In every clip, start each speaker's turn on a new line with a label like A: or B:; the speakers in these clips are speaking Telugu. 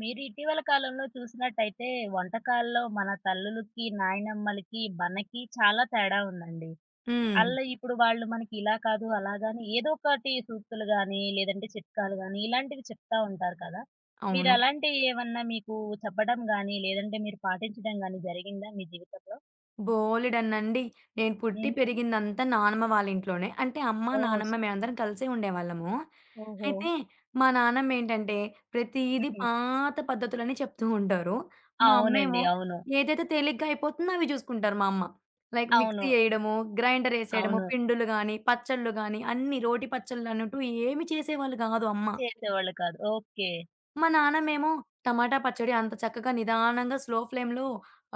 A: మీరు ఇటీవల కాలంలో చూసినట్టయితే వంటకాల్లో మన తల్లులకి, నాయనమ్మలకి, మనకి చాలా తేడా ఉందండి.
B: హ్మ్.
A: ఆళ్ళు ఇప్పుడు వాళ్ళు మనకి ఇలా కాదు, అలాగని ఏదో ఒకటి సూక్తులు గాని, లేదంటే చిట్కాలు గాని ఇలాంటివి చెప్తా ఉంటారు కదా! మీరు
B: అవును.
A: అలాంటివి ఏమన్నా మీకు చెప్పడం గాని, లేదంటే మీరు పాటించడం గాని జరిగిందా మీ జీవితంలో?
B: బోలెడన్నండి. నేను పుట్టి
A: హుహు.
B: పెరిగిందంతా నానమ్మ వాళ్ళ ఇంట్లోనే. అంటే అమ్మ,
A: ఓహ్!
B: నానమ్మ మేమందరం కలిసే ఉండేవాళ్ళము.
A: ఓహో!
B: అయితే మా నానమ్మేంటంటే ప్రతీదీ
A: హుహు.
B: పాత పద్ధతులనే చెప్తూ ఉంటారు. మా
A: అవునండి.
B: అమ్మేమో
A: అవును.
B: ఏదైతే తేలిగ్గా అయిపోతుందో అవి జూసుకుంటారు మా అమ్మ. లైక్
A: అవును.
B: మిక్సీ ఏయడము, గ్రైండరేసేయడము,
A: అవును.
B: పిండులు గానీ, పచ్చళ్ళు గానీ అన్నీ రోటి పచ్చళ్ళనంటూ ఏమి చేసేవాళ్ళు గాదు అమ్మ.
A: చేసేవాళ్ళు కాదు. ఓకే.
B: మా నాన్నమేమో టమాటా పచ్చడి అంత చక్కగా నిదానంగా స్లో ఫ్లేమ్‌లో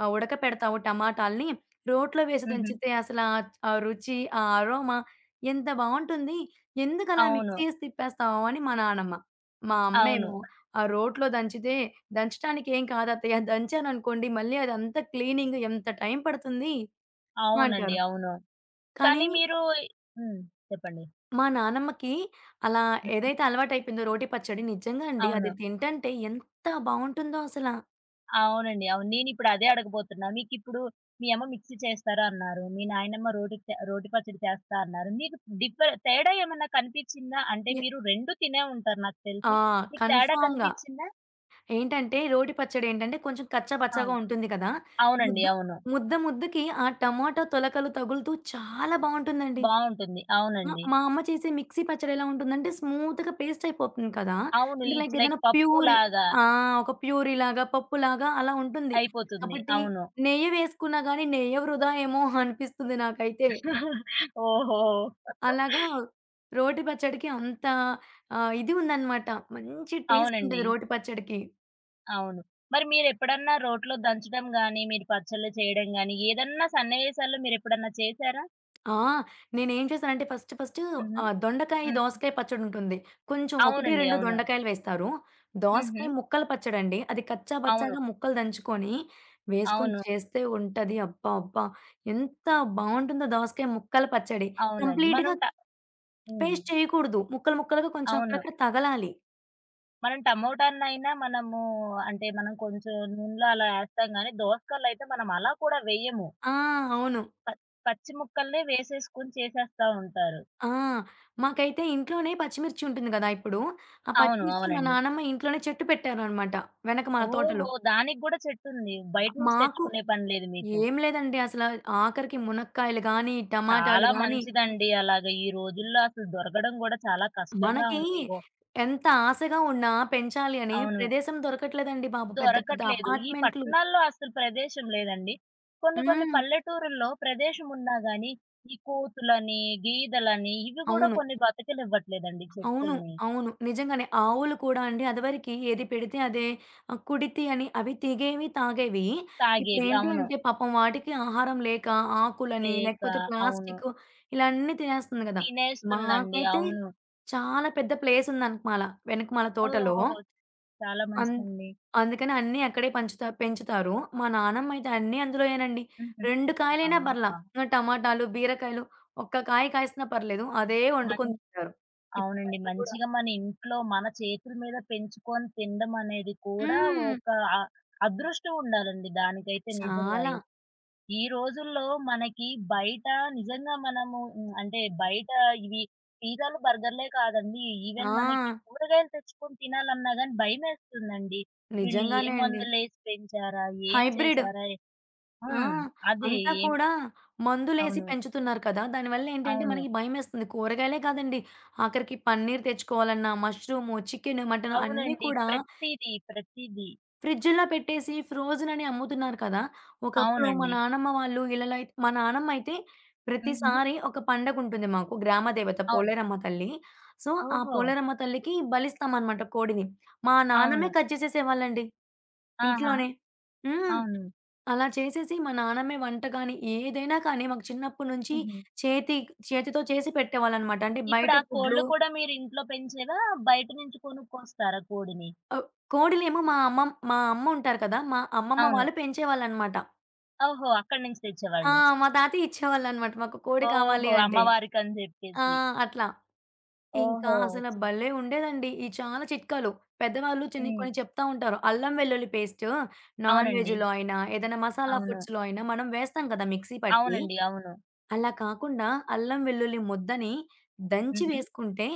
B: ఉడకపెడతావు టమాటాల్ని. రోట్లో వేసి
A: హుహు.
B: దంచితే అసల ఆ ఆ రుచి, ఆ అరోమా ఎంత బావుంటుంది. ఎందుకలా
A: అవును.
B: మిక్సీ ఏసి తిప్పేస్తావు అని మా నానమ్మ. మా
A: అవును.
B: అమ్మేమో ఆ రోట్లో దంచితే దంచడానికి ఏం కాదత్తయ్య దంచాననుకోండి మళ్ళీ అదంతా క్లీనింగ్ ఎంత టైం పడుతుంది
A: అవునండి.
B: అంటారు.
A: అవును. కానీ
B: కానీ
A: మీరు హ్మ్. చెప్పండి.
B: మా నానమ్మకి అలా
A: హుహు.
B: ఏదైతే అలవాటైపోయిందో రోటి పచ్చడి నిజంగా అండి
A: అవును.
B: అది తింటంటే ఎంత బావుంటుందో అసల.
A: అవునండి. అవును. నేనిప్పుడు అదే అడగబోతున్నా. మీకిప్పుడు మీ అమ్మ మిక్సీ చేస్తారు అన్నారు. మీ నాయనమ్మ రోటి పచ్చడి చేస్తా అన్నారు. మీకు తేడా ఏమన్నా కనిపిచ్చిందా? అంటే మీరు 2 తినే ఉంటారు నాకు
B: ఆ!
A: తెలిసి. మీకు తేడా
B: కన్ఫర్మ్‌గా.
A: కనిపిచ్చిందా?
B: ఏంటంటే రోటి పచ్చడేంటంటే కొంచెం కచ్చా పచ్చాగా
A: అవును.
B: ఉంటుంది కదా!
A: అవునండి.
B: ముద్ద
A: అవును.
B: ముద్ద ముద్దకి ఆ టమాటా తొలకలు తగులుతూ చాలా బావుంటుందండి.
A: బావుంటుంది.
B: ఆ!
A: అవునండి.
B: మా అమ్మ చేసే మిక్సీ పచ్చడి ఎలా ఉంటుందంటే స్మూత్‌గా పేస్ట్ అయిపోతుంది కదా!
A: అవును.
B: అంటే
A: ఇట్స్
B: లైక్
A: లైక్
B: ఏదైనా ప్యూరీ.
A: పప్పులాగా
B: ఆ! ఒక ప్యూరీలాగా, పప్పులాగా అలా ఉంటుంది.
A: అయిపోతుంది.
B: కాబట్టి
A: అవును.
B: నెయ్యి వేసుకున్నా గానీ నెయ్యి వృధా ఏమో అనిపిస్తుంది నాకైతే.
A: ఓహో!
B: అలాగా రోటి పచ్చడికి అంత ఇది ఉందన్నమాట. మంచి టేస్ట్
A: అవునండి.
B: ఉంటది రోటి పచ్చడికి.
A: అవును. మరి మీరెప్పుడన్నా రోట్లో దంచడం గాని, మీరు పచ్చళ్ళు చేయడం గాని, ఏదన్నా సన్నివేశాల్లో మీరెప్పుడన్నా చేశారా?
B: ఆ! నేనేం చేశానంటే ఫస్ట్ ఫస్ట్
A: హుహు.
B: దొండకాయ,
A: హ్మ్.
B: దోసకాయ పచ్చడుంటుంది. కొంచెం 1,
A: అవునండి.
B: 2
A: అవును.
B: దొండకాయలు వేస్తారు.
A: హుహు.
B: దోసకాయ ముక్కల పచ్చడండి. అది కచ్చా
A: అవును.
B: బచ్చాగా ముక్కలు దంచుకొని, వేసుకొని
A: అవును.
B: చేస్తే ఉంటది. అబ్బా! అబ్బా! ఎంత బావుంటుందో దోసకాయ ముక్కల పచ్చడి.
A: అవునండి. మనం
B: కంప్లీట్‌గా
A: ట హ్మ్.
B: పేస్ట్ చేయకూడదు. ముక్కలు ముక్కలుగా కొంచెం
A: అవును.
B: అక్కడక్కడ తగలాలి.
A: మనం టమోటాన్నయినా మనము అంటే, మనం కొంచెం నూనెలో అలా ఏస్తాం గానీ, దోసకాయలయితే మనం అలా కూడా వేయము.
B: ఆ! అవును.
A: ప పచ్చి ముక్కల్నే వేసేసుకొని చేసేస్తా ఉంటారు.
B: ఆ! మాకైతే ఇంట్లోనే పచ్చిమిర్చి ఉంటుంది గదా! ఇప్పుడు. ఆ
A: అవును.
B: పచ్చిమిర్చి మా
A: అవునండి.
B: నానమ్మ ఇంట్లోనే చెట్టు పెట్టారనమాట. వెనక మా
A: ఓహో!
B: తోటలో.
A: దానికి గూడా చెట్టుంది. బయట నుంచి
B: మాకు
A: తెచ్చుకునే పని లేదు మీకు.
B: ఏం లేదండి. అసల ఆఖరికి మునక్కాయలు గానీ, టమాటాలు
A: చాలా
B: గానీ,
A: మంచిదండి. అలాగా ఈ రోజుల్లో అసలు దొరకడం గూడా చాలా కష్టంగా
B: మనకి
A: ఉంది.
B: ఎంత ఆశగా ఉన్నా పెంచాలి అని
A: అవును.
B: ప్రదేశం దొరకట్లేదండి బాబు. పెద్ద పెద్ద
A: దొరకట్లేదు. ఈ
B: అపార్ట్‌మెంట్లు.
A: పట్టణాల్లో అసలు ప్రదేశం లేదండి. కొన్ని కొన్ని
B: హ్మ్.
A: పల్లెటూరుల్లో ప్రదేశం ఉన్నా గానీ, ఈ కోతులని, గీదలని ఇవి గూడా
B: అవును.
A: కొన్ని బతకనివ్వట్లేదండి
B: అవును.
A: చెట్టుల్ని.
B: అవును. నిజంగానే. ఆవులు కూడా అండి అదివరకి ఏది పెడితే అదే కుడితి అని అవి తాగేవి.
A: తాగేవి.
B: ఇప్పుడేంటి
A: అవును.
B: అంటే పాపం వాటికి ఆహారం లేక ఆకులని,
A: లేక
B: లేకపోతే
A: అవును.
B: ప్లాస్టికు ఇలా అన్నీ తినేస్తుంది గదా!
A: తినేస్తుందండి.
B: మాకైతే
A: అవును.
B: చాలా పెద్ద ప్లేసుందనకమాల. వెనకమాల
A: ఓహ్!
B: తోటలో
A: ఓహ్! చాలా
B: అంత్
A: మంచిదండి.
B: అందుకని అన్నీ అక్కడే పెంచుతారు. మా నానమ్మయితే అన్నీ అందులోయేనండి.
A: హుహు.
B: 2 కాయలైనా పర్లా.
A: అవునా!
B: టమాటాలు, బీరకాయలు ఒక్క కాయ కాసినా పర్లేదు. అదే
A: మన
B: వండుకొని తింటారు.
A: అవునండి.
B: ఇప్పటికి కూడా.
A: మంచిగా మన ఇంట్లో మన చేతుల మీద పెంచుకొని తినడం అనేది కూడా
B: హ్మ్.
A: ఒక అ అదృష్టం ఉండాలండి దానికైతే నిజంగా.
B: చాలా.
A: ఏ- ఈ రోజుల్లో మనకి బయట నిజంగా మనము హ్మ్, అంటే బయట ఇవి పిజ్జాలు, బర్గర్‌లే కాదండి. ఈవెన్ మనకి
B: ఆ!
A: కూరగాయలు తెచ్చుకొని తినాలన్నా గాని భయమేస్తుందండి. వీళ్ళు ఏ
B: నిజంగానే అండి.
A: మందులేసి పెంచారా? ఏం
B: హైబ్రిడ్.
A: చేశారా?
B: ఆ!
A: హ్మ్. అది
B: అంతా
A: ఏం
B: కూడా మందులేసి
A: అవును.
B: పెంచుతున్నారు కదా! దానివల్ల ఏంటంటే
A: అవును.
B: మనకి భయమేస్తుంది. కూరగాయలే కాదండి. ఆఖరికి పన్నీర్ తెచ్చుకోవాలన్నా, మష్రూము, చికెను, మటను అన్నీ
A: అవునండి.
B: కూడా
A: ప్రతీది, ప్రతీది.
B: ఫ్రిడ్జ్‌లో పెట్టేసి ఫ్రోజెన్ అని అమ్ముతున్నారు కదా! ఒకప్పుడు మా
A: అవునండి.
B: నానమ్మ వాళ్ళు ఇళ్ళలో అయితే మా నానమ్మ అయితే
A: హుహు.
B: ప్రతిసారి ఒక పండగుంటుంది మాకు గ్రామదేవత
A: అవును.
B: పోలేరమ్మ తల్లి. సో, ఆ
A: ఓహో!
B: పోలేరమ్మ తల్లికి బలిస్తామనమాట కోడిని. మా
A: అవును.
B: నాన్నమ్మే కట్ చేసేసేవాళ్ళండి
A: ఆహా!
B: ఇంట్లోనే. హ్మ్.
A: అవును.
B: అలా చేసేసి మా నాన్నమ్మే వంట గాని, ఏదైనా కానీ మాకు చిన్నప్పటి నుంచి
A: హుహు.
B: చేతి చేతితో చేసి పెట్టేవాళ్ళనమాట. అంటే
A: ఇప్పుడు
B: బయట
A: ఆ కోళ్ళు
B: ఫుడ్‌లు.
A: కూడా మీరు ఇంట్లో పెంచేవా? బయట నుంచి కొనుక్కొస్తారా కోడిని?
B: ఆహ్, కోడిలేమో మా అమ్మ ఉంటారు కదా! మా అమ్మమ్మ
A: అవును.
B: వాళ్ళు పెంచేవాళ్ళనమాట.
A: ఓహో! అక్కడి నుంచి
B: ఆ!
A: తెచ్చేవాళ్ళు.
B: మా తాతయ్య ఇచ్చేవాళ్ళనమాట. మాకు కోడి కావాలి
A: ఓహో!
B: అంటే.
A: అమ్మవారికని
B: ఆ!
A: జెప్పేసి.
B: అట్లా. ఇంకా
A: ఓహో!
B: అసల
A: చ్
B: భలే ఉండేదండి. ఈ చాలా చిట్కాలు. పెద్దవాళ్ళు చిన్ని
A: హ్మ్.
B: కొన్ని చెప్తా ఉంటారు. అల్లం వెల్లుల్లి పేస్ట్ నాన్
A: అవునండి.
B: వెజ్‌లో అయినా, ఏదైనా మసాలా
A: అవును.
B: ఫుడ్స్‌లో అయినా మనం వేస్తాం కదా! మిక్సీ పట్టి.
A: అవునండి. అవును.
B: అలా కాకుండా అల్లం వెల్లుల్లి ముద్దని దంచి
A: హుహు.
B: వేసుకుంటే,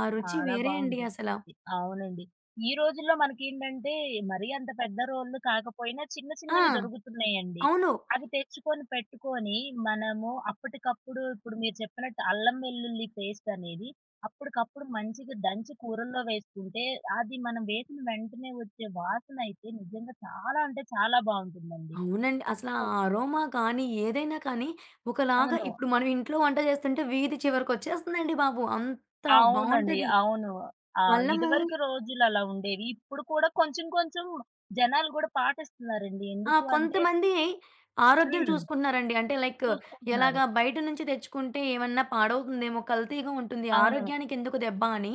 B: ఆ రుచి
A: చాలా
B: వేరే అండి
A: బావుంటుంది.
B: అసల.
A: అవునండి. ఈ రోజుల్లో మనకేంటంటే మరీ అంత పెద్ద రోళ్ళు కాకపోయినా చిన్న
B: ఆ!
A: చిన్నవి దొరుకుతున్నాయండి.
B: అవును.
A: అవి తెచ్చుకొని పెట్టుకొని మనము అప్పటికప్పుడు ఇప్పుడు మీరు చెప్పినట్టు అల్లం వెల్లుల్లి పేస్ట్ అనేది అప్పటికప్పుడు మంచిగా దంచి కూరల్లో వేసుకుంటే అది మనం వేసిన వెంటనే వచ్చే వాసన అయితే నిజంగా చాలా అంటే చాలా బావుంటుందండి.
B: అవునండి. అసల
A: ఉ
B: ఆ అరోమా కానీ, ఏదైనా కానీ ఒకలాగా
A: అవును.
B: ఇప్పుడు మనం ఇంట్లో వంట చేస్తుంటే వీధి చివరకొచ్చేస్తుందండి బాబు. అంత
A: అవునండి.
B: బావుంటది.
A: అవును. ఆ!
B: అల్లము.
A: ఇదివరకు రోజులు అలా ఉండేవి. ఇప్పుడు కూడా కొంచెం కొంచెం జనాలు గూడా పాటిస్తున్నారండి.
B: ఆ!
A: ఎందుకు అంటే
B: కొంతమంది ఆరోగ్యం
A: హ్మ్.
B: చూసుకుంటున్నారండి. అంటే లైక్
A: చూసుకుంటున్నారు.
B: ఎలాగా బయట నుంచి తెచ్చుకుంటే ఏమన్నా పాడవుతుందేమో, కల్తీగా ఉంటుంది.
A: అవును.
B: ఆరోగ్యానికి ఎందుకు దెబ్బ అని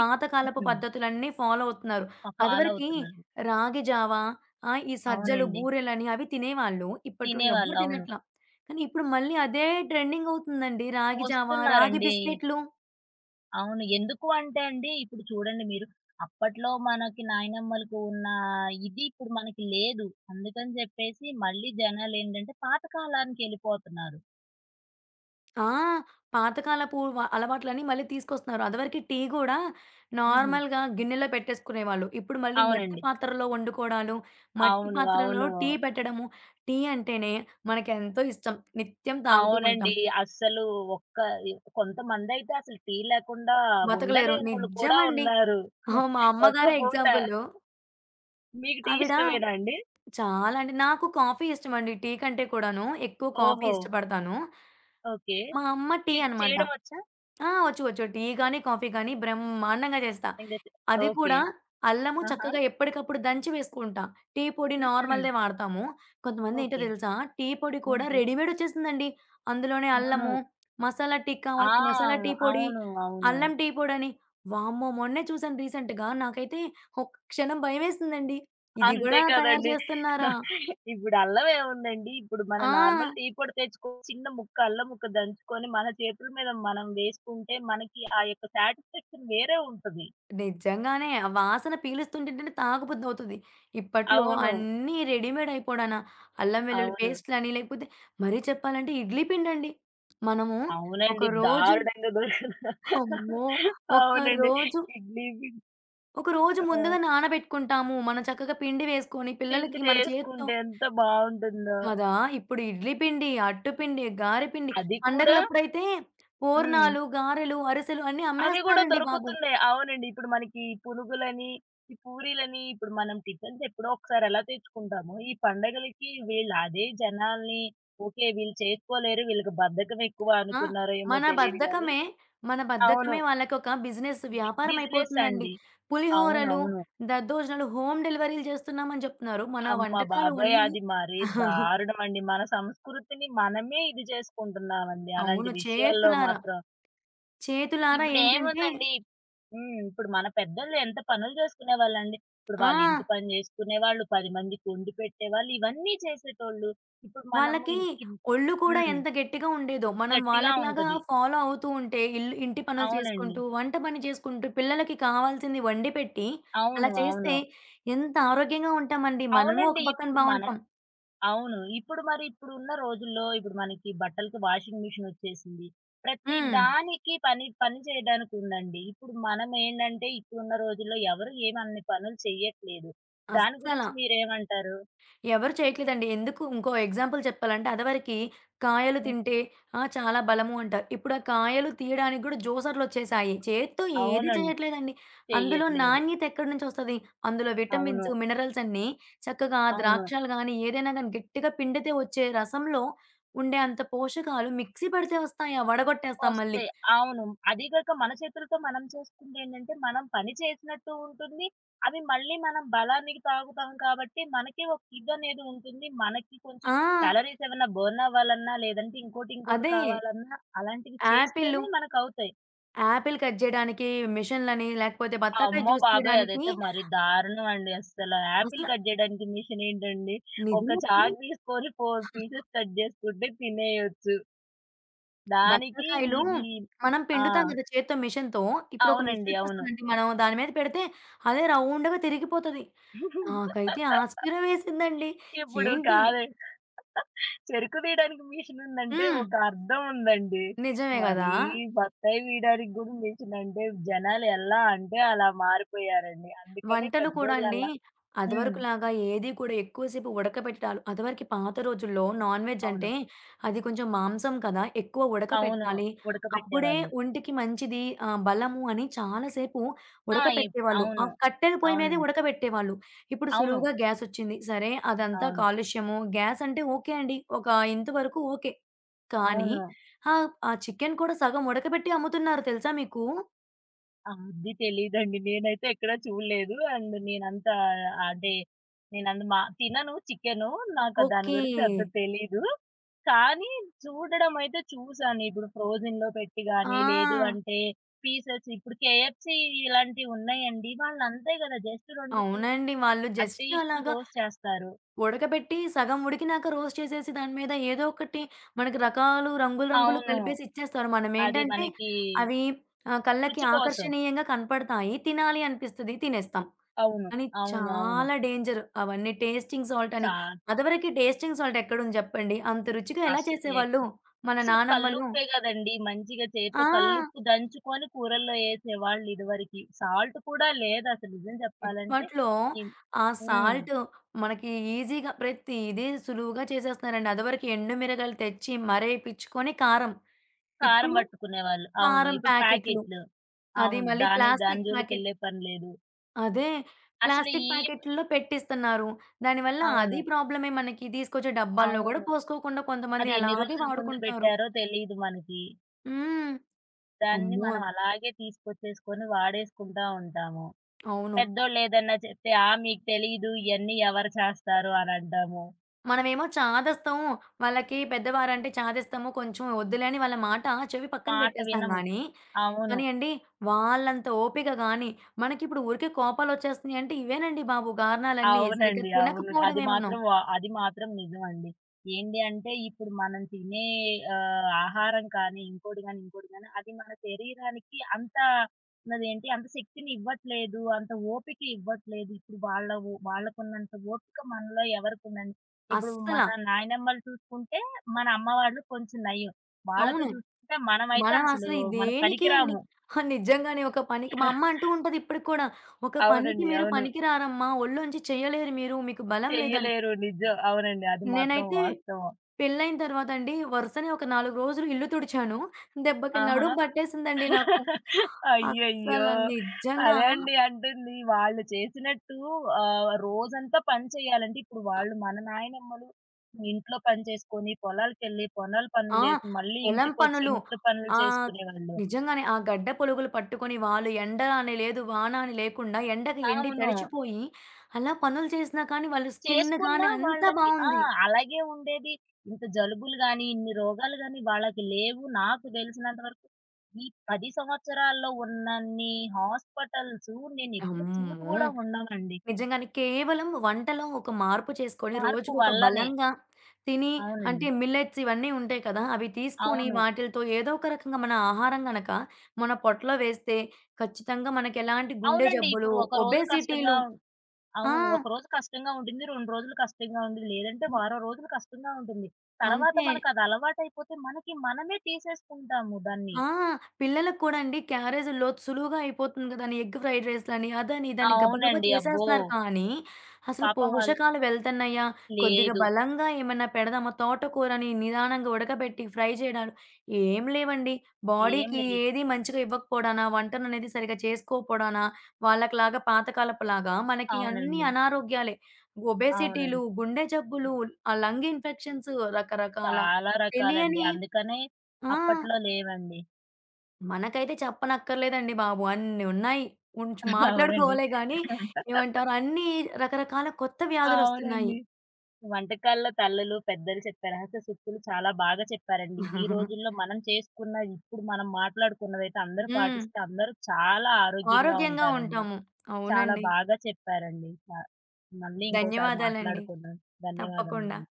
A: ఇప్ హ్మ్.
B: పద్ధతులన్నీ ఫాలో అవుతున్నారు.
A: ఆ! ఫాలో
B: అదివరకి
A: అవుతున్నారు.
B: రాగి జావ, ఈ సజ్జలు,
A: అవునండి.
B: బూరెలని అవి తినేవాళ్ళు. ఇప్పట్లో
A: తినేవాళ్ళు.
B: ఎవ్వరు
A: అవును.
B: తినట్లా. కానీ ఇప్పుడు మళ్ళీ అదే ట్రెండింగ్ అవుతుందండి. రాగి జావ, రాగి
A: వస్తున్నారండి.
B: బిస్కెట్లు.
A: అవును. ఎందుకు అంటే అండి, ఇప్పుడు చూడండి మీరు అప్పట్లో మనకి నాయనమ్మలకు ఉన్న ఇది ఇప్పుడు మనకి లేదు. అందుకని జెప్పేసి మళ్ళీ జనాలేంటంటే పాతకాలానికెళ్ళిపోతున్నారు.
B: ఆ! పాతకాలపు వ అలవాట్లన్నీ మళ్ళీ తీసుకొస్తున్నారు. అదివరకి టీ గూడా
A: హుహు.
B: నార్మల్‌గా గిన్నెలో పెట్టేసుకునేవాళ్ళు. ఇప్పుడు మళ్ళీ మట్టి
A: అవునండి.
B: పాత్రలో వండుకోవడాలు, మట్టి
A: అవును.
B: పాత్రలో
A: అవును.
B: టీ పెట్టడము. టీ అంటేనే మనకెంతో ఇష్టం. నిత్యం తాగుతూ
A: అవునండి.
B: ఉంటాం.
A: అస్సలు ఒక్క ఇ కొంతమందైతే అసలు టీ లేకుండా
B: బతకలేరు.
A: ఉండలేనోళ్ళు కూడా
B: నిజమండి.
A: ఉన్నారు.
B: మా
A: ఒక్క
B: అమ్మగారే
A: పూట.
B: ఎగ్జాంపులు.
A: మీకు టీ
B: ఆవిడ
A: ఇష్టమేనా అండి?
B: చాలా అంటే నాకు కాఫీ ఇష్టమండి. టీ కంటే కూడాను ఎక్కువ కాఫీ
A: ఓహో!
B: ఇష్టపడతాను.
A: ఓకే.
B: మా అమ్మ టీ
A: మీకు
B: అనమాట.
A: చేయడం వచ్చా?
B: ఆ! ఒచ్చు. టీ గాని, కాఫీ గాని బ్రహ్మాండంగా చేస్తా.
A: ఇంకా చే
B: అది
A: ఓకే.
B: కూడా అల్లము
A: ఆహా!
B: చక్కగా ఎప్పటికప్పుడు దంచి వేసుకుంటా. టీ పొడి
A: హుహు.
B: నార్మల్‌దే వాడతాము. కొంతమందేంటో
A: ఓకే.
B: తెలుసా? టీ పొడి కూడా
A: హుహు.
B: రెడీమేడ్ ఒచ్చేసిందండి. అందులోనే
A: అవును.
B: అల్లము, మసాలా టీకి
A: ఆ!
B: కావాల్సిన మసాలా టీ పొడి,
A: అవును. అవును.
B: అల్లం టీ పొడని. వామ్మో! మొన్నే చూసాను రీసెంట్‌గా. నాకైతే ఒక్క క్షణం భయమేసిందండి. ఇది
A: అంతే
B: గూడా తయారు
A: కదండీ.
B: చేస్తున్నారా?
A: ఇప్పుడు అల్లం ఏముందండి, ఇప్పుడు మన
B: ఆ!
A: నార్మల్ టీ పొడి తెచ్చుకొని చిన్న ముక్క అల్లం ముక్క దంచుకొని మన చేతుల మీద మనం వేసుకుంటే మనకి ఆ యొక్క సాటిస్ఫాక్షన్ వేరే ఉంటది.
B: నిజంగానే. ఆ వాసన పీలుస్తుంటేనే తాగబుద్దవుతది. ఇప్పట్లో
A: అవును.
B: అన్నీ రెడీమేడ్ అయిపోడాన. అల్లం వెల్లుల్లి
A: అవును.
B: పేస్ట్‌లని లేకపోతే మరీ చెప్పాలంటే ఇడ్లీ పిండండి. మనము ఒక
A: అవునండి.
B: రోజు
A: దారుణంగా దొరుకుత
B: అమ్మో! ఒక
A: అవునండి.
B: రోజు,
A: ఇడ్లీ పిండి
B: ఒక రోజు ముందుగా
A: ఆ!
B: నానబెట్టుకుంటాము. మనం చక్కగా పిండి వేసుకొని
A: పిండి
B: పిల్లలకి మన చేత్తో
A: చేసుకుంటే ఎంత బావుంటుందో.
B: కదా! ఇప్పుడు ఇడ్లీ పిండి, అట్టు పిండి, గారె పిండి
A: అది కూడా
B: పండగలప్పుడైతే
A: హ్మ్.
B: పూర్ణాలు, గారెలు, అరిసెలు అన్నీ
A: అవి గూడా
B: అమ్మేస్తున్నారండి బాబు.
A: దొరుకుతున్నాయి. అవునండి. ఇప్పుడు మనకి ఈ పునుగులని, ఈ పూరీలని ఇప్పుడు మనం టిఫిన్స్ ఎప్పుడో ఒకసారి ఎలా తెచ్చుకుంటామో, ఈ పండగలకి వీళ్ళు అదే జనాల్ని ఓకే. వీళ్ళు చేసుకోలేరు. వీళ్ళకి బద్ధకం ఎక్కువ
B: ఆ!
A: అనుకున్నారో ఏమో
B: మన
A: తెలీదు గానీ
B: బద్ధకమే, మన
A: అవును.
B: బద్ధకమే వాళ్ళకొక బిజినెస్ వ్యాపారం
A: బిజినెస్
B: అయిపోతుందండి.
A: అండి.
B: పులిహోరలు,
A: అవునవును.
B: దద్దోజనాలు హోమ్ డెలివరీలు చేస్తున్నామని చెప్తున్నారు. మన
A: అమ్మ
B: వంటకాలు
A: బాబోయ్!
B: అన్నీ.
A: అది మరీ దారుణమండి. మన సంస్కృతిని మనమే ఇది చేసుకుంటున్నామండి. అలాంటి
B: అవును.
A: విషయాల్లో
B: చేతులారా,
A: మాత్రం.
B: చేతులారా ఏంటంటే.
A: ఇప్పుడేముందండి. హ్మ్. ఇప్పుడు మన పెద్దోళ్ళు ఎంత పనులు చేసుకునేవాళ్ళండి. ఇప్పుడు
B: ఆ!
A: వాళ్ళ ఇంటి పని చేసుకునేవాళ్ళు, 10 మందికి వండి పెట్టేవాళ్ళు, ఇవన్నీ చేసేటోళ్ళు. ఇప్పుడు మనము
B: వాళ్ళకి
A: ఇన్ ఇన్
B: ఒళ్ళు కూడా
A: హ్మ్.
B: ఎంత గట్టిగా ఉండేదో, మనం
A: గట్టిగా
B: వాళ్ళకిలాగా
A: ఉంటది.
B: ఫాలో అవుతూ ఉంటే, ఇంటి పనులు
A: అవునండి.
B: చేసుకుంటూ, వంట పని చేసుకుంటూ, పిల్లలకి కావాల్సింది వండి పెట్టి, అలా
A: అవును. అవును.
B: చేస్తే ఎంత ఆరోగ్యంగా ఉంటామండి. మనము
A: అవునండి.
B: ఒక పక్కన
A: ఇప్పుడు మన
B: బావుంటాం.
A: అవును. ఇప్పుడు మరి ఇప్పుడున్న రోజుల్లో ఇప్పుడు మనకి బట్టలకి వాషింగ్ మిషన్ వచ్చేసింది. ప్రతి
B: హ్మ్.
A: దానికి పని పని చేయడానికి ఉందండి. ఇప్పుడు మనం ఏంటంటే ఇప్పుడున్న రోజుల్లో ఎవరు ఏమన్ని పనులు చెయ్యట్లేదు. దాని
B: అస్సల.
A: గురించి మీరేమంటారు?
B: ఎవరు చేయట్లేదండి. ఎందుకు ఇంకో ఎగ్జాంపుల్ చెప్పాలంటే అదివరకి కాయలు
A: హ్మ్.
B: తింటే ఆ! చాలా బలము అంటారు. ఇప్పుడు ఆ కాయలు తీయడానికి గూడా జ్యూసర్‌లొచ్చేసాయి. చేత్తో ఏది
A: అవునండి.
B: చేయట్లేదండి. అందులో
A: చెయ్యట్లేదు.
B: నాణ్యత ఎక్కడి నుంచొస్తది? అందులో
A: అవును.
B: విటమిన్స్, మినరల్స్ అన్నీ చక్కగా ఆ
A: అవును.
B: ద్రాక్షలు గాని, ఏదైనా గాని గట్టిగా పిండితే వచ్చే రసంలో ఉండే అంత పోషకాలు మిక్సీ పడితే వస్తాయా? వడగొట్టేస్తాం మళ్ళీ.
A: వస్తాయి. అవును. అది కాక మన చేతులతో మనం చేసుకుందేంటంటే, మనం పని చేసినట్టు ఉంటుంది. అవి మళ్ళీ మనం బలానికి తాగుతాం కాబట్టి, మనకి ఒక ఇదనేది ఉంటుంది. మనకి కొంచెం
B: ఆ!
A: క్యాలరీస్ ఏమన్నా బర్న్ అవ్వాలన్నా, లేదంటే ఇంకోటి, ఇంకోటి
B: అదే.
A: కావాలన్నా అలాంటివి
B: యాపిల్లు,
A: చేస్తేనే మనకవుతాయి.
B: యాపిల్ కట్ జేయడానికి మిషన్‌లని, లేకపోతే బత్తాకాయ
A: అమ్మో
B: జ్యూస్
A: బాబోయ్!
B: తీయడానికి
A: అదైతే మరి దారుణం అండి అస్సల. యాపిల్
B: అసల
A: కట్ జేయడానికి మిషనేంటండి? ఒక
B: నిజమది.
A: చాకు తీసుకొని 4 పీసెస్ కట్ జేసుకుంటే తినేయొచ్చు. దానికి
B: బత్తాకాయలు
A: ఇది
B: మనం
A: ఆ!
B: పిండుతాం గదా! చేత్తో మిషన్‌తో. ఇప్పుడొక
A: అవునండి. అవును.
B: మిషనొచ్చేస్తుందండి. మనం దాని మీద పెడితే అదే రౌండ్‌గా తిరిగిపోతది. నాకైతే ఆశ్చర్యం వేసిందండి.
A: ఇప్పుడు
B: ఏంటి.
A: కాదు. చెరుకు తీయడానికి మిషన్ ఉందంటే
B: హ్మ్.
A: ఒక అర్థం ఉందండి.
B: నిజమే గదా!
A: మరి బత్తాయి తీయడానికి గూడా మిషన్ అంటే జనాలు ఎలా అంటే అలా మారిపోయారండి. అందుకనే
B: వంటలు కూడా
A: పెద్దోళ్ళు
B: అండి
A: అలా హ్మ్.
B: అదివరకులాగా ఏది కూడా ఎక్కువసేపు ఉడకబెట్టాలి. అదివరకి పాత రోజుల్లో నాన్ వెజ్
A: అవును.
B: అంటే అది కొంచెం మాంసం కదా! ఎక్కువ
A: అవును.
B: ఉడకపెట్టాలి. అప్పుడే
A: ఉడకబెట్టేవాళ్ళు.
B: ఒంటికి మంచిది బలము అని చాలా సేపు
A: ఆ!
B: ఉడకపెట్టేవాళ్ళు. ఆ
A: అవును.
B: కట్టెల పొయ్యి మీదే
A: అవునండి.
B: ఉడకబెట్టేవాళ్ళు. ఇప్పుడు
A: అవును.
B: సులువుగా గ్యాసొచ్చింది. సరే అదంతా
A: అవును.
B: కాలుష్యము. గ్యాస్ అంటే ఓకే అండి. ఒక ఇంతవరకు ఓకే. కానీ
A: అవును.
B: ఆ! ఆ చికెను కూడా సగం ఉడకబెట్టి అమ్ముతున్నారు తెలుసా మీకు?
A: అది తెలీదండి. నేనైతే ఎక్కడా చూడలేదు. అండ్ నేనంత అంటే నేనంత మా తినను చికెను. నాకు దాని
B: ఓకే.
A: గురించి అంత తెలీదు. కానీ చూడడం అయితే చూసాను. ఇప్పుడు ఫ్రోజన్‌లో పెట్టి గాని, లేదు
B: ఆ!
A: అంటే పీసెస్ ఇప్పుడు కేఎఫ్‌సీ ఇలాంటివి ఉన్నాయండి. వాళ్ళంతే కదా! జస్ట్ 2 పీస్
B: అవునండి. వాళ్ళు జస్ట్
A: అట్లీస్ట్
B: అలాగా
A: రోస్ట్ చేస్తారు.
B: ఉడకబెట్టి సగం ఉడికినాక రోస్ట్ చేసేసి దాని మీద ఏదో ఒకటి మనకి రకాలు రంగులు రంగులు
A: అవును.
B: కలిపేసి ఇచ్చేస్తారు.
A: అది
B: మనమేంటంటే
A: మనకి
B: అవి కళ్ళకి
A: రుచి కోసం.
B: ఆకర్షణీయంగా కనపడతాయి. తినాలి అనిపిస్తది తినేస్తాం.
A: అవును.
B: కానీ
A: అవును. అవును.
B: చాలా డేంజర్ అవన్నీ టేస్టింగ్ సాల్ట్ అని.
A: చా
B: అదివరకి టేస్టింగ్ సాల్ట్ ఎక్కడుంది జెప్పండి. అంత రుచిగా ఎలా
A: అస్సలు ఎక్
B: చేసేవాళ్ళు మన
A: అసలు
B: నానమ్మలు.
A: కల్లుప్పే గదండీ! మంచిగా చేత్తో
B: ఆ!
A: కల్లుప్పు దంచుకొని కూరల్లో ఏసేవాళ్ళు ఇదివరకి. సాల్ట్ కూడా లేదసలు నిజం చెప్పాలంటే.
B: ఇప్పట్లో
A: హ్మ్.
B: ఆ
A: హ్మ్.
B: సాల్ట్ మనకి ఈజీగా ప్రతిదీ సులువుగా చేసేస్తున్నారండి. అదివరకు ఎండు మిరగాయలు తెచ్చి మరేపిచ్చుకొని కారం.
A: కారం
B: ఇప్పుడు
A: పట్టుకునేవాళ్ళు. అవును.
B: కారం
A: ఇప్పుడు
B: ప్యాకెట్లు.
A: ప్యాకెట్లు.
B: అది
A: అవును.
B: మళ్ళీ
A: దాని దాని
B: ప్లాస్టిక్ ప్యాకెట్.
A: జోలికెళ్ళే పని లేదు.
B: అదే
A: అసలు
B: ప్లాస్టిక్
A: ఏం
B: ప్యాకెట్‌ల్లో పెట్టిస్తున్నారు. దానివల్ల అది
A: అవును.
B: ప్రాబ్లమే మనకి. తీసుకొచ్చే డబ్బాల్లో గూడా
A: అవును.
B: పోసుకోకుండా కొంతమంది
A: అది ఎన్ని
B: అలాగే
A: రోజులు ముందు
B: వాడుకుంటారు.
A: బెట్టారో తెలీదు మనకి.
B: హ్మ్.
A: దాన్ని
B: అమ్మో!
A: మనం అలాగే తీసుకొచ్చేసుకొని వాడేసుకుంటా ఉంటాము.
B: అవును.
A: పెద్దోళ్ళేదన్నా చెప్తే, "ఆ! మీకు తెలీదు ఇయన్నీ ఎవరు చేస్తారు" అని అంటాము.
B: మనమేమో చాదస్తాము. వాళ్ళకి పెద్దవారంటే చాదిస్తాము. కొంచెం వద్దులే అని వాళ్ళ మాట చెవి పక్కన
A: మాట
B: పెట్టేస్తాం
A: వినము.
B: గానీ
A: అవును.
B: కానీ అండి, వాళ్ళంత ఓపిక గాని, మనకిప్పుడు ఊరికే కోపాలొచ్చేస్తున్నాయంటే ఇవేనండి బాబు కారణాలన్నీ. సరిగ్గా
A: అవునండి. అవును.
B: తినకపోవడమే మనం.
A: అది మాత్రం నిజమండి. ఏంటి అంటే ఇప్పుడు మనం తినే ఆహారం కానీ, ఇంకోటి గాని, ఇంకోటి గాని అది మన శరీరానికి అంత ఉన్నదేంటి అంత శక్తిని ఇవ్వట్లేదు. అంత ఓపిక ఇవ్వట్లేదు. ఇప్పుడు వాళ్ళకున్నంత ఓపిక మనలో ఎవరికుందండి? ఇప్పుడు
B: అస్సల.
A: మన నాయనమ్మలు చూసుకుంటే మన అమ్మ వాళ్ళు కొంచెం నయం. వాళ్ళతో
B: అవును.
A: చూసుకుంటే మనమైతే
B: మనం
A: అసలు
B: అసలు ఈ
A: మనం
B: దేనికి అండి.
A: పనికిరాము.
B: ఆ! నిజంగానే ఒక పనికి మా అమ్మ అంటూ ఉంటది ఇప్పటికి కూడా. "ఒక పనికి
A: అవునండి.
B: మీరు
A: అవును.
B: పనికిరారమ్మా. ఒళ్ళోంచి చేయలేరు మీరు. మీకు బలం లేదు" అని.
A: చెయ్యలేరు. నిజం. అవునండి. అది మాత్రం
B: నేనైతే
A: వాస్తవం.
B: పెళ్లైన తర్వాత అండి వరుసనే ఒక 4 రోజులు ఇల్లు తుడిచాను. దెబ్బకి
A: ఆహా!
B: నడుము పట్టేసిందండి నాకు. అస్సల
A: అయ్యయ్యో!
B: నిజంగా.
A: అదే అండి అంటుంది. వాళ్ళు చేసినట్టు రోజంతా పని చేయాలంటే ఇప్పుడు వాళ్ళు మన నాయనమ్మలు ఇంట్లో పని చేసుకొని, పొలాలకెళ్ళి, పొలాల పనులు
B: ఆ!
A: చేసి, మళ్ళీ
B: పొలం
A: ఇంటికొచ్చి
B: పనులు.
A: ఇంట్లో పనులు
B: ఆహ్,
A: చేసుకునేవాళ్ళు.
B: నిజంగానే ఆ గడ్డ పొలుగులు పట్టుకొని వాళ్ళు ఎండ అని లేదు, వాన అని లేకుండా ఎండకి ఎండి
A: అవును.
B: తడిచిపోయి అలా పనులు చేసినా కానీ వాళ్ళ స్కిన్
A: చేసుకున్నా
B: కానీ అంతా
A: వాళ్ళకి ఆ!
B: బావుంది.
A: అలాగే ఉండేది. ఇంత జలుబులు గాని, ఇన్ని రోగాలు గాని వాళ్ళకి లేవు. నాకు తెలిసినంత వరకు ఈ 10 సంవత్సరాల్లో ఉన్నన్ని హాస్పిటల్సు నేనెప్పుడు చూసి
B: అమ్మో!
A: గూడా ఉండనండి.
B: నిజంగానే కేవలం వంటలో ఒక మార్పు చేసుకొని
A: మార్పు
B: రోజుకొక
A: వల్లనే.
B: బలంగా తిని అంటే
A: అవునండి.
B: మిల్లెట్స్ ఇవన్నీ ఉంటాయి కదా! అవి తీసుకొని
A: అవును.
B: వాటిలతో ఏదో ఒక రకంగా మన ఆహారం గనక మన పొట్టలో వేస్తే ఖచ్చితంగా మనకెలాంటి గుండె
A: అవునండి.
B: జబ్బులు,
A: ఇప్పుడు ఒక రోజు కష్టంగా
B: ఒబేసిటీలు.
A: ఉం
B: ఆ!
A: అవును. ఒక రోజు కష్టంగా ఉంటుంది. 2 రోజులు కష్టంగా ఉంటుంది. లేదంటే
B: హ్మ్.
A: వారం రోజులు కష్టంగా ఉంటుంది. తర్వాత
B: అంతే.
A: మనకది అలవాటైపోతే మనకి మనమే తీసేసుకుంటాము దాన్ని.
B: ఆ! పిల్లలకి కూడా అండి క్యారేజుల్లో సులువుగా అయిపోతుంది కదా! అని ఎగ్ ఫ్రైడ్ రైస్‌లని, అదని, ఇదని గబగబా
A: అవునండి. అబ్బో!
B: చేసేస్తున్నారు కానీ, అసలు
A: పాపం ఆళ్ళు
B: పోషకాలు వెళ్తున్నాయా? కొద్దిగా
A: లేదు.
B: బలంగా ఏమన్నా పెడదామా? తోటకూరని నిదానంగా ఉడకబెట్టి ఫ్రై చేయడాలు ఏం లేవండి.
A: ఏం
B: బాడీకి
A: లేదు.
B: ఏది మంచిగా ఇవ్వకపోవడానా? వంటననేది సరిగ్గా చేసుకోకపోవడానా? వాళ్ళకిలాగా పాతకాలపులాగా మనకి అన్నీ
A: అవునండి.
B: అనారోగ్యాలే. ఒబేసిటీలు,
A: అవునండి.
B: గుండె జబ్బులు, ఆ లంగ్ ఇన్ఫెక్షన్స్ రకరకాల
A: చాలా రకాలండి.
B: తెలియని.
A: అందుకనే
B: ఆ!
A: అప్పట్లో లేవండి.
B: మనకైతే చెప్పనక్కర్లేదండి బాబు. అన్ని ఉన్నాయి. ఉంచ్
A: అవునండి.
B: మాట్లాడుకోవాలే గానీ ఏమంటారు అన్ని రకరకాల కొత్త వ్యాధులొస్తున్నాయి.
A: అవునండి. వంటకాల్లో తల్లులు, పెద్దలు చెప్పే రహస్య సూక్తులు చాలా బాగా చెప్పారండి. ఈ రోజుల్లో మనం చేసుకున్న, ఇప్పుడు మనం మాట్లాడుకున్నదైతే అందరూ
B: హ్మ్.
A: పాటిస్తే అందరూ చాలా ఆరోగ్యంగా
B: ఆరోగ్యంగా
A: ఉంటారండి.
B: ఉంటాము.
A: చాలా
B: అవునండి.
A: బాగా చెప్పారండి. చ మళ్ళీ ఇంకోసారి
B: ధన్యవాదాలండి.
A: మాట్లాడుకుందాం.
B: తప్పకుండా.
A: ధన్యవాదములండి.